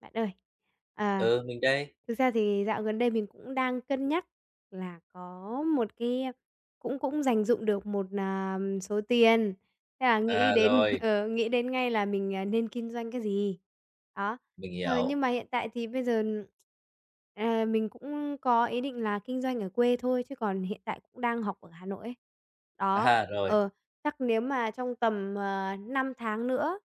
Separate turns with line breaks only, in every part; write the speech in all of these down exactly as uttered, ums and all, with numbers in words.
Bạn ơi, à,
Ừ, mình đây.
thực ra thì dạo gần đây mình cũng đang cân nhắc là có một cái cũng cũng dành dụm được một, à, số tiền, thế là nghĩ
À,
đến
rồi,
ờ, nghĩ đến ngay là mình, à, nên kinh doanh cái gì. Đó,
mình
ờ, nhưng
hiểu.
mà hiện tại thì bây giờ, à, mình cũng có ý định là kinh doanh ở quê thôi, chứ còn hiện tại cũng đang học ở Hà Nội ấy. Đó,
À, rồi,
ờ, chắc nếu mà trong tầm, ờ, năm tháng nữa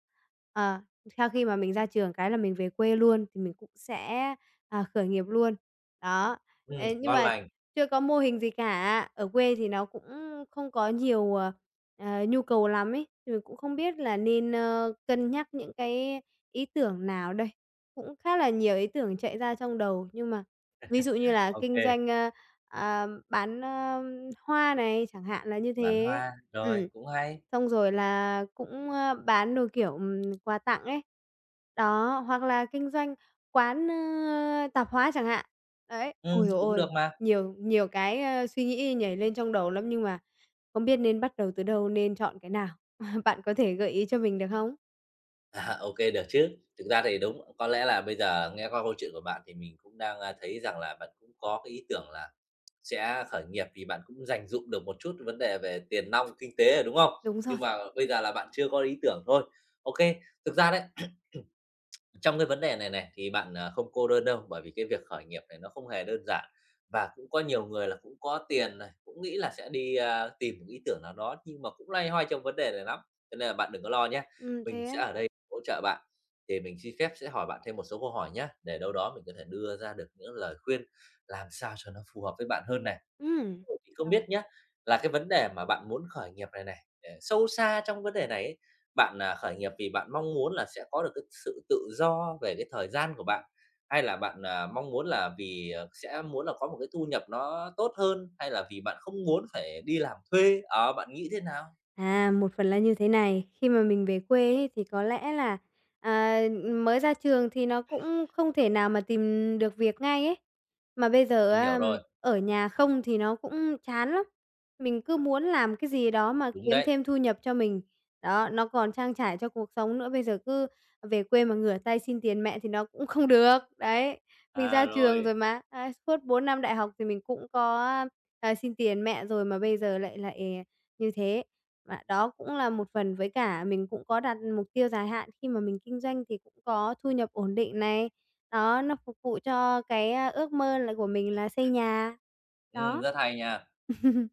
ờ. Sau khi mà mình ra trường cái là mình về quê luôn thì mình cũng sẽ, à, khởi nghiệp luôn. Đó,
ừm,
thế nhưng
ngon
mà
lành.
chưa có mô hình gì cả, ở quê thì nó cũng không có nhiều, ờ, ờ, nhu cầu lắm ấy, thì mình cũng không biết là nên, ơ, cân nhắc những cái ý tưởng nào đây. Cũng khá là nhiều ý tưởng chạy ra trong đầu, nhưng mà ví dụ như là kinh
OK,
doanh, ơ, à, bán, ơ Hoa này, chẳng hạn là như
bán
thế.
hoa, rồi,
Ừm.
cũng hay.
Xong rồi là cũng, ơ, bán đồ, kiểu, ừm, quà tặng ấy. Đó, hoặc là kinh doanh quán, ơ, tạp hóa chẳng hạn. Đấy, ôi
Ừm,
giời
cũng
ôi,
được mà.
nhiều nhiều cái, ơ, suy nghĩ nhảy lên trong đầu lắm, nhưng mà không biết nên bắt đầu từ đâu, nên chọn cái nào. Bạn có thể gợi ý cho mình được không?
À, OK, được chứ. Thực ra thì đúng, có lẽ là bây giờ nghe qua câu chuyện của bạn thì mình cũng đang, a, thấy rằng là bạn cũng có cái ý tưởng là sẽ khởi nghiệp vì bạn cũng dành dụm được một chút vấn đề về tiền nong, kinh tế rồi, đúng không?
Đúng rồi,
Nhưng mà bây giờ là bạn chưa có ý tưởng thôi. OK, thực ra đấy, trong cái vấn đề này này thì bạn, à, không cô đơn đâu, bởi vì cái việc khởi nghiệp này nó không hề đơn giản và cũng có nhiều người là cũng có tiền này, cũng nghĩ là sẽ đi, a, tìm một ý tưởng nào đó nhưng mà cũng loay hoay trong vấn đề này lắm, cho nên là bạn đừng có lo nhé.
ừm,
Mình
thế á.
sẽ ở đây hỗ trợ bạn, thì mình xin phép sẽ hỏi bạn thêm một số câu hỏi nhé để đâu đó mình có thể đưa ra được những lời khuyên làm sao cho nó phù hợp với bạn hơn này,
Ừm.
thì không
Rồi.
biết nhá, là cái vấn đề mà bạn muốn khởi nghiệp này này, ờ, sâu xa trong vấn đề này ấy, bạn, à, khởi nghiệp vì bạn mong muốn là sẽ có được cái sự tự do về cái thời gian của bạn? Hay là bạn, à, mong muốn là vì, ờ, sẽ muốn là có một cái thu nhập nó tốt hơn? Hay là vì bạn không muốn phải đi làm thuê? Ờ, bạn nghĩ thế nào?
À, một phần là như thế này, khi mà mình về quê ấy, thì có lẽ là, à, mới ra trường thì nó cũng không thể nào mà tìm được việc ngay ấy. Mà bây giờ
Mình hiểu
á,
rồi,
ở nhà không thì nó cũng chán lắm, mình cứ muốn làm cái gì đó mà
đúng
kiếm
đấy.
thêm thu nhập cho mình. Đó, nó còn trang trải cho cuộc sống nữa, bây giờ cứ về quê mà ngửa tay xin tiền mẹ thì nó cũng không được. Đấy, mình
À,
ra trường rồi
rồi,
mà, đấy, suốt bốn năm đại học thì mình cũng có, à, xin tiền mẹ rồi mà bây giờ lại lại như thế. Và đó cũng là một phần, với cả mình cũng có đặt mục tiêu dài hạn khi mà mình kinh doanh thì cũng có thu nhập ổn định này, đó, nó phục vụ cho cái, a, ước mơ là của mình là xây nhà.
ừm,
Đó,
rất hay nha.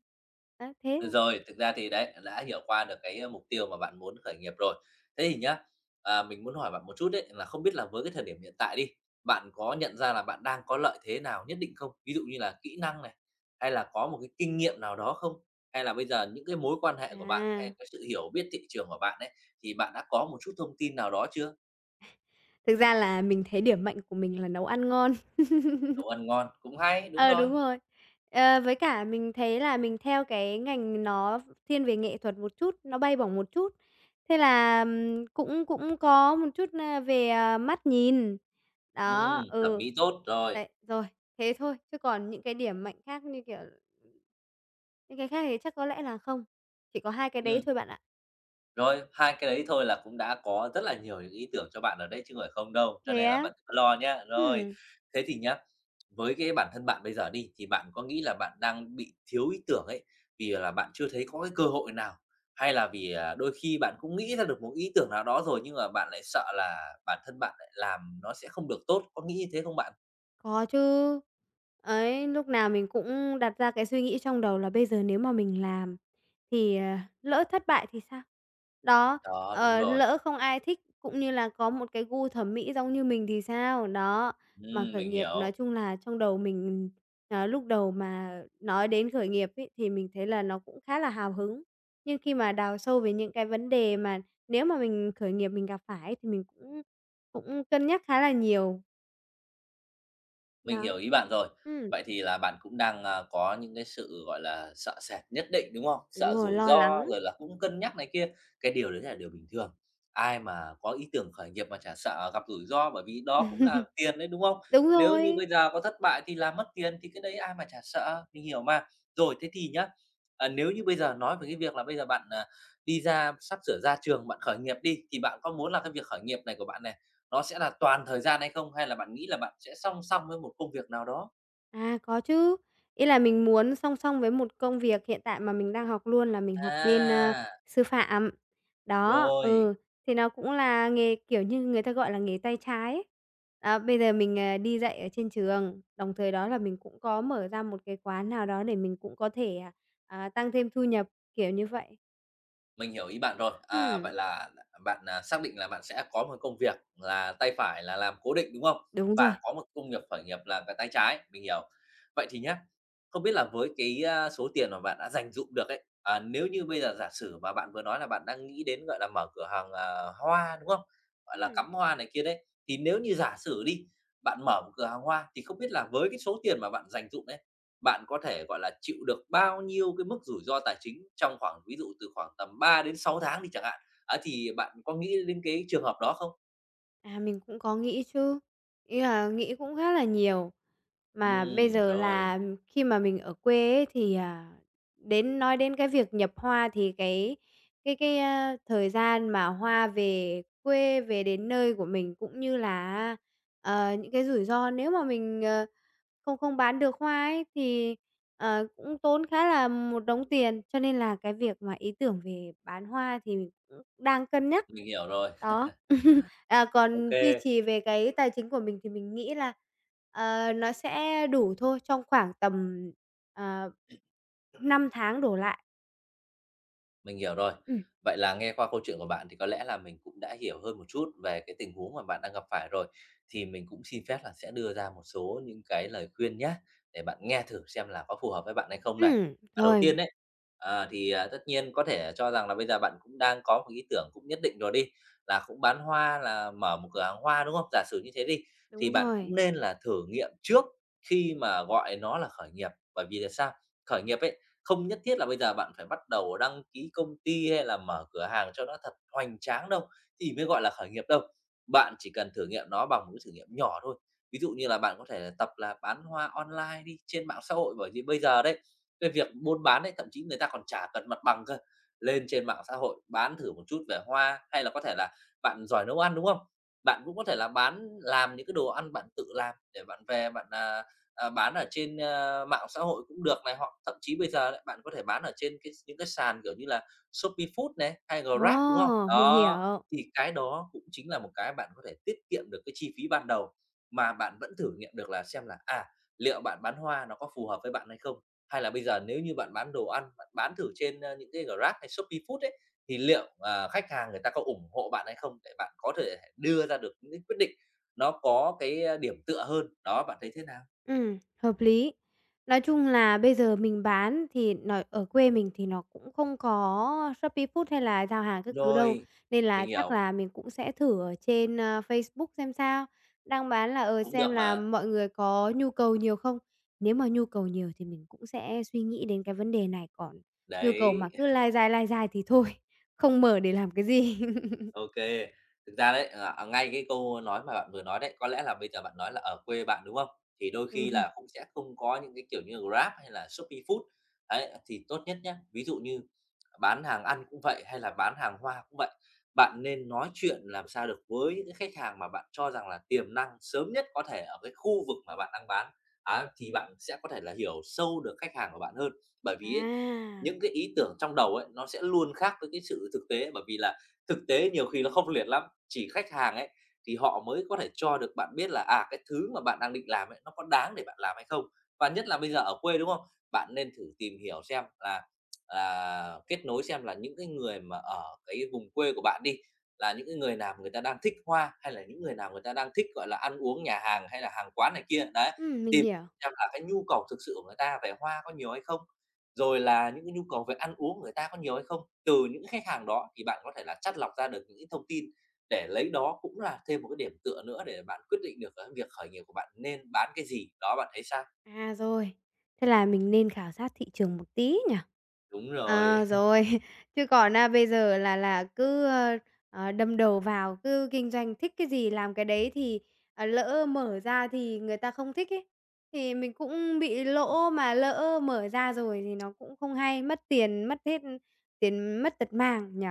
đó, thế thôi.
Rồi, thực ra thì đấy, đã hiểu qua được cái, a, mục tiêu mà bạn muốn khởi nghiệp rồi. Thế thì nhá, à, mình muốn hỏi bạn một chút đấy là không biết là với cái thời điểm hiện tại đi, bạn có nhận ra là bạn đang có lợi thế nào nhất định không? Ví dụ như là kỹ năng này, hay là có một cái kinh nghiệm nào đó không? Hay là bây giờ những cái mối quan hệ của bạn,
À,
hay cái sự hiểu biết thị trường của bạn ấy, thì bạn đã có một chút thông tin nào đó chưa?
thực ra là mình thấy điểm mạnh của mình là nấu ăn ngon.
Nấu ăn ngon, cũng hay, đúng
Ờ,
rồi.
đúng rồi. Ờ, với cả mình thấy là mình theo cái ngành nó thiên về nghệ thuật một chút, nó bay bổng một chút, thế là, ừm, cũng cũng có một chút, a, về, à, mắt nhìn.
Ừm,
Đó,
thẩm
ừ.
mỹ tốt, rồi.
Đấy, rồi, thế thôi, chứ còn những cái điểm mạnh khác như kiểu những cái khác thì chắc có lẽ là không, chỉ có hai cái đấy
Ừm.
thôi bạn ạ.
Rồi, hai cái đấy thôi là cũng đã có rất là nhiều những ý tưởng cho bạn ở đấy chứ không phải không đâu, cho
Thế
nên là
á?
bạn đừng có lo nhá. Rồi,
Ừm.
thế thì nhá, với cái bản thân bạn bây giờ đi, thì bạn có nghĩ là bạn đang bị thiếu ý tưởng ấy, vì là bạn chưa thấy có cái cơ hội nào, hay là vì, à, đôi khi bạn cũng nghĩ ra được một ý tưởng nào đó rồi nhưng mà bạn lại sợ là bản thân bạn lại làm nó sẽ không được tốt, có nghĩ như thế không bạn?
Có chứ. Ấy, lúc nào mình cũng đặt ra cái suy nghĩ trong đầu là bây giờ nếu mà mình làm thì, ờ, lỡ thất bại thì sao? Đó,
Đó, đúng
ờ,
rồi.
lỡ không ai thích cũng như là có một cái gu thẩm mỹ giống như mình thì sao? Đó, mà
Ừm,
khởi
mình
nghiệp nói
hiểu.
chung là trong đầu mình, ờ, lúc đầu mà nói đến khởi nghiệp ấy, thì mình thấy là nó cũng khá là hào hứng. Nhưng khi mà đào sâu về những cái vấn đề mà nếu mà mình khởi nghiệp mình gặp phải thì mình cũng cũng cân nhắc khá là nhiều.
Mình
Đó,
hiểu ý bạn rồi.
ừ
Vậy thì là bạn cũng đang, à, có những cái sự, gọi là, sợ sệt nhất định, đúng không?
Đúng
Sợ
rồi,
rủi
lo
ro
lắng.
rồi là cũng cân nhắc này kia, cái điều đấy là điều bình thường. Ai mà có ý tưởng khởi nghiệp mà chả sợ gặp rủi ro, bởi vì đó cũng là tiền đấy, đúng không?
Đúng
Nếu như
rồi.
bây giờ có thất bại thì là mất tiền, thì cái đấy ai mà chả sợ, mình hiểu mà. Rồi, thế thì nhá, à, nếu như bây giờ nói về cái việc là bây giờ bạn, à, đi ra sắp sửa ra trường, bạn khởi nghiệp đi, thì bạn có muốn là cái việc khởi nghiệp này của bạn này nó sẽ là toàn thời gian hay không? Hay là bạn nghĩ là bạn sẽ song song với một công việc nào đó?
À, có chứ. Ý là mình muốn song song với một công việc hiện tại mà mình đang học luôn là mình học bên, a,
À,
sư phạm. Đó,
rồi.
ừ, thì nó cũng là nghề, kiểu như, người ta gọi là nghề tay trái ấy. Đó, bây giờ mình, ờ, đi dạy ở trên trường, đồng thời đó là mình cũng có mở ra một cái quán nào đó để mình cũng có thể, à, à, tăng thêm thu nhập, kiểu như vậy.
Mình hiểu ý bạn rồi. À,
Ừm,
vậy là bạn, à, xác định là bạn sẽ có một công việc là tay phải là làm cố định, đúng không?
đúng rồi.
Và có một công nghiệp khởi nghiệp là cái tay trái, mình hiểu. Vậy thì nhé, không biết là với cái, a, số tiền mà bạn đã dành dụm được ấy, à, nếu như bây giờ giả sử mà bạn vừa nói là bạn đang nghĩ đến, gọi là, mở cửa hàng, à, hoa, đúng không? Gọi là,
Ừm.
cắm hoa này kia đấy, thì nếu như giả sử đi, bạn mở một cửa hàng hoa thì không biết là với cái số tiền mà bạn dành dụm đấy bạn có thể, gọi là, chịu được bao nhiêu cái mức rủi ro tài chính trong khoảng ví dụ từ khoảng tầm ba đến sáu tháng đi chẳng hạn. Á, thì bạn có nghĩ đến cái trường hợp đó không?
À, mình cũng có nghĩ chứ, ý là nghĩ cũng khá là nhiều.
Ừ,
Mà bây giờ
rồi,
là khi mà mình ở quê ấy thì, à, đến nói đến cái việc nhập hoa thì cái cái cái, a, thời gian mà hoa về quê, về đến nơi của mình cũng như là ờ, những cái rủi ro nếu mà mình, ờ, không không bán được hoa ấy thì, ờ, cũng tốn khá là một đống tiền, cho nên là cái việc mà ý tưởng về bán hoa thì mình cũng đang cân nhắc.
mình hiểu rồi.
Đó. À, còn duy
OK.
trì về cái tài chính của mình thì mình nghĩ là, ờ, nó sẽ đủ thôi, trong khoảng tầm, ờ, năm tháng đổ lại.
Mình hiểu rồi.
Ừm.
Vậy là nghe qua câu chuyện của bạn thì có lẽ là mình cũng đã hiểu hơn một chút về cái tình huống mà bạn đang gặp phải rồi. Thì mình cũng xin phép là sẽ đưa ra một số những cái lời khuyên nhé để bạn nghe thử xem là có phù hợp với bạn hay không này.
Ừm,
Và đầu
rồi,
tiên đấy à, thì, à, tất nhiên có thể cho rằng là bây giờ bạn cũng đang có một ý tưởng cũng nhất định rồi đi, là cũng bán hoa, là mở một cửa hàng hoa, đúng không? Giả sử như thế đi, thì
đúng
bạn
rồi.
cũng nên là thử nghiệm trước khi mà gọi nó là khởi nghiệp. Bởi vì là sao? Khởi nghiệp ấy, không nhất thiết là bây giờ bạn phải bắt đầu đăng ký công ty hay là mở cửa hàng cho nó thật hoành tráng đâu thì mới gọi là khởi nghiệp đâu. Bạn chỉ cần thử nghiệm nó bằng một cái thử nghiệm nhỏ thôi. Ví dụ như là bạn có thể là tập là bán hoa online đi trên mạng xã hội, bởi vì bây giờ đấy cái việc buôn bán đấy thậm chí người ta còn chả cần mặt bằng cơ, lên trên mạng xã hội bán thử một chút về hoa, hay là có thể là bạn giỏi nấu ăn đúng không, bạn cũng có thể là bán làm những cái đồ ăn bạn tự làm để bạn về bạn à, à, bán ở trên, ơ, mạng xã hội cũng được này, hoặc thậm chí bây giờ đấy, bạn có thể bán ở trên cái những cái sàn, kiểu như là Shopee Food này, hay Grab, đúng không?
Ồ, mình
Đó,
hiểu.
thì cái đó cũng chính là một cái bạn có thể tiết kiệm được cái chi phí ban đầu, mà bạn vẫn thử nghiệm được là xem là, à, liệu bạn bán hoa nó có phù hợp với bạn hay không? Hay là bây giờ nếu như bạn bán đồ ăn, bạn bán thử trên, ơ, những cái Grab hay Shopee Food ấy, thì liệu, ờ, khách hàng người ta có ủng hộ bạn hay không? Để bạn có thể đưa ra được những cái quyết định nó có cái, a, điểm tựa hơn. Đó, bạn thấy thế nào?
Ừm, hợp lý. Nói chung là bây giờ mình bán thì nó ở quê mình thì nó cũng không có Shopee Food hay là giao hàng các thứ đâu,
Rồi,
nên là
mình
chắc
hiểu,
là mình cũng sẽ thử ở trên, a, Facebook xem sao, đang bán là, ờ,
cũng
xem
được
là
mà.
mọi người có nhu cầu nhiều không. Nếu mà nhu cầu nhiều thì mình cũng sẽ suy nghĩ đến cái vấn đề này, còn nhu cầu mà
Đấy,
cứ lai dai, lai dai thì thôi, không mở để làm cái gì.
OK, thực ra đấy, ờ, à, ngay cái câu nói mà bạn vừa nói đấy, có lẽ là bây giờ bạn nói là ở quê bạn, đúng không? Thì đôi
Đúng
khi
rồi.
là cũng sẽ không có những cái, kiểu như, Grab hay là Shopee Food. Đấy, thì tốt nhất nhé. Ví dụ như bán hàng ăn cũng vậy, hay là bán hàng hoa cũng vậy, bạn nên nói chuyện làm sao được với những khách hàng mà bạn cho rằng là tiềm năng sớm nhất có thể ở cái khu vực mà bạn đang bán. Á, thì bạn sẽ có thể là hiểu sâu được khách hàng của bạn hơn. Bởi
À,
vì ấy, những cái ý tưởng trong đầu ấy, nó sẽ luôn khác với cái sự thực tế, bởi vì là thực tế nhiều khi nó không liệt lắm, chỉ khách hàng ấy thì họ mới có thể cho được bạn biết là, à, cái thứ mà bạn đang định làm ấy, nó có đáng để bạn làm hay không? Và nhất là bây giờ ở quê, đúng không? Bạn nên thử tìm hiểu xem là, à, kết nối xem là những cái người mà ở cái vùng quê của bạn đi, là những cái người nào người ta đang thích hoa, hay là những người nào người ta đang thích, gọi là, ăn uống nhà hàng hay là hàng quán này kia, đấy.
ừm, mình
Tìm
hiểu.
xem là cái nhu cầu thực sự của người ta về hoa có nhiều hay không? Rồi là những cái nhu cầu về ăn uống của người ta có nhiều hay không. Từ những khách hàng đó thì bạn có thể là chắt lọc ra được những thông tin để lấy đó cũng là thêm một cái điểm tựa nữa để bạn quyết định được cái việc khởi nghiệp của bạn nên bán cái gì, đó, bạn thấy sao?
À, rồi. Thế là mình nên khảo sát thị trường một tí nhỉ?
Đúng rồi.
Ờ, rồi. Chứ còn á bây giờ là là cứ, ơ, ờ, đâm đầu vào, cứ kinh doanh thích cái gì làm cái đấy thì, ờ, lỡ mở ra thì người ta không thích ấy, thì mình cũng bị lỗ, mà lỡ mở ra rồi thì nó cũng không hay, mất tiền, mất hết tiền mất tật mang nhỉ?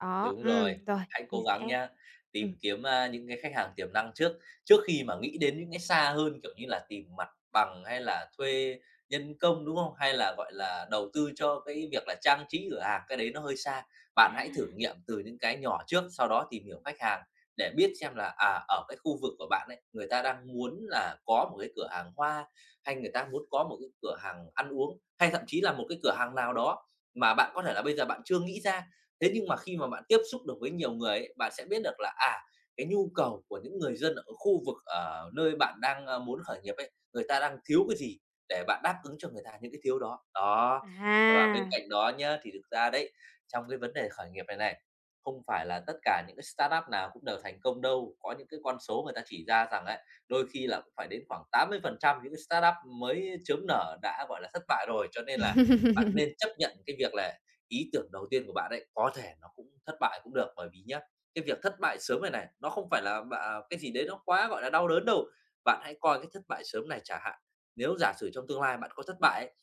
Đó,
Đúng rồi,
ừm, rồi,
hãy
mình
cố
sẽ
gắng nha, tìm
ừm,
kiếm, a, những cái khách hàng tiềm năng trước, trước khi mà nghĩ đến những cái xa hơn, kiểu như là tìm mặt bằng hay là thuê nhân công, đúng không? Hay là, gọi là, đầu tư cho cái việc là trang trí cửa hàng, cái đấy nó hơi xa. Bạn hãy thử nghiệm từ những cái nhỏ trước, sau đó tìm hiểu khách hàng để biết xem là, à, ở cái khu vực của bạn ấy, người ta đang muốn là có một cái cửa hàng hoa, hay người ta muốn có một cái cửa hàng ăn uống, hay thậm chí là một cái cửa hàng nào đó mà bạn có thể là bây giờ bạn chưa nghĩ ra. Thế nhưng mà khi mà bạn tiếp xúc được với nhiều người ấy, bạn sẽ biết được là, à, cái nhu cầu của những người dân ở khu vực, ở nơi bạn đang, a, muốn khởi nghiệp ấy, người ta đang thiếu cái gì để bạn đáp ứng cho người ta những cái thiếu đó. Đó, và bên
à.
cạnh đó nhá, thì thực ra đấy, trong cái vấn đề khởi nghiệp này này, không phải là tất cả những cái startup nào cũng đều thành công đâu. Có những cái con số người ta chỉ ra rằng ấy, đôi khi là cũng phải đến khoảng tám mươi phần trăm những cái startup mới chớm nở đã, gọi là, thất bại rồi. Cho nên là bạn nên chấp nhận cái việc là ý tưởng đầu tiên của bạn ấy có thể nó cũng thất bại cũng được. Bởi vì nhá, cái việc thất bại sớm này này, nó không phải là bạ cái gì đấy nó quá, gọi là, đau đớn đâu. Bạn hãy coi cái thất bại sớm này chả hạn, nếu giả sử trong tương lai bạn có thất bại ấy,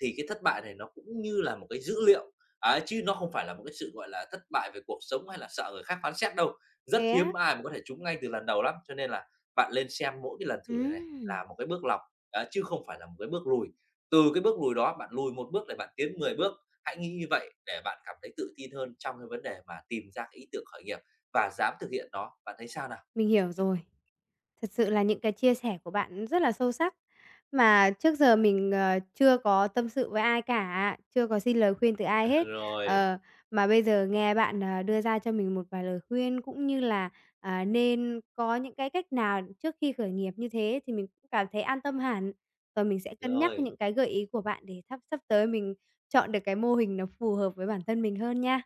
thì cái thất bại này nó cũng như là một cái dữ liệu, ấy, chứ nó không phải là một cái sự, gọi là, thất bại về cuộc sống hay là sợ người khác phán xét đâu. Rất
Thế á?
hiếm ai mà có thể trúng ngay từ lần đầu lắm, cho nên là bạn lên xem mỗi cái lần thử này này
Ừm,
là một cái bước lọc, á, chứ không phải là một cái bước lùi. Từ cái bước lùi đó bạn lùi một bước để bạn tiến mười bước, hãy nghĩ như vậy để bạn cảm thấy tự tin hơn trong cái vấn đề mà tìm ra cái ý tưởng khởi nghiệp và dám thực hiện nó. Bạn thấy sao nào?
mình hiểu rồi. Thật sự là những cái chia sẻ của bạn rất là sâu sắc, mà trước giờ mình, ờ, chưa có tâm sự với ai cả, chưa có xin lời khuyên từ ai hết.
Rồi,
Ờ, mà bây giờ nghe bạn, ờ, đưa ra cho mình một vài lời khuyên cũng như là, à, nên có những cái cách nào trước khi khởi nghiệp như thế thì mình cũng cảm thấy an tâm hẳn. Rồi mình sẽ cân nhắc
rồi.
những cái gợi ý của bạn để thắp sắp tới mình chọn được cái mô hình nó phù hợp với bản thân mình hơn nha.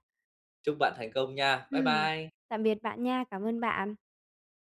Chúc bạn thành công nha. Bye
Ừm,
bye.
tạm biệt bạn nha, cảm ơn bạn.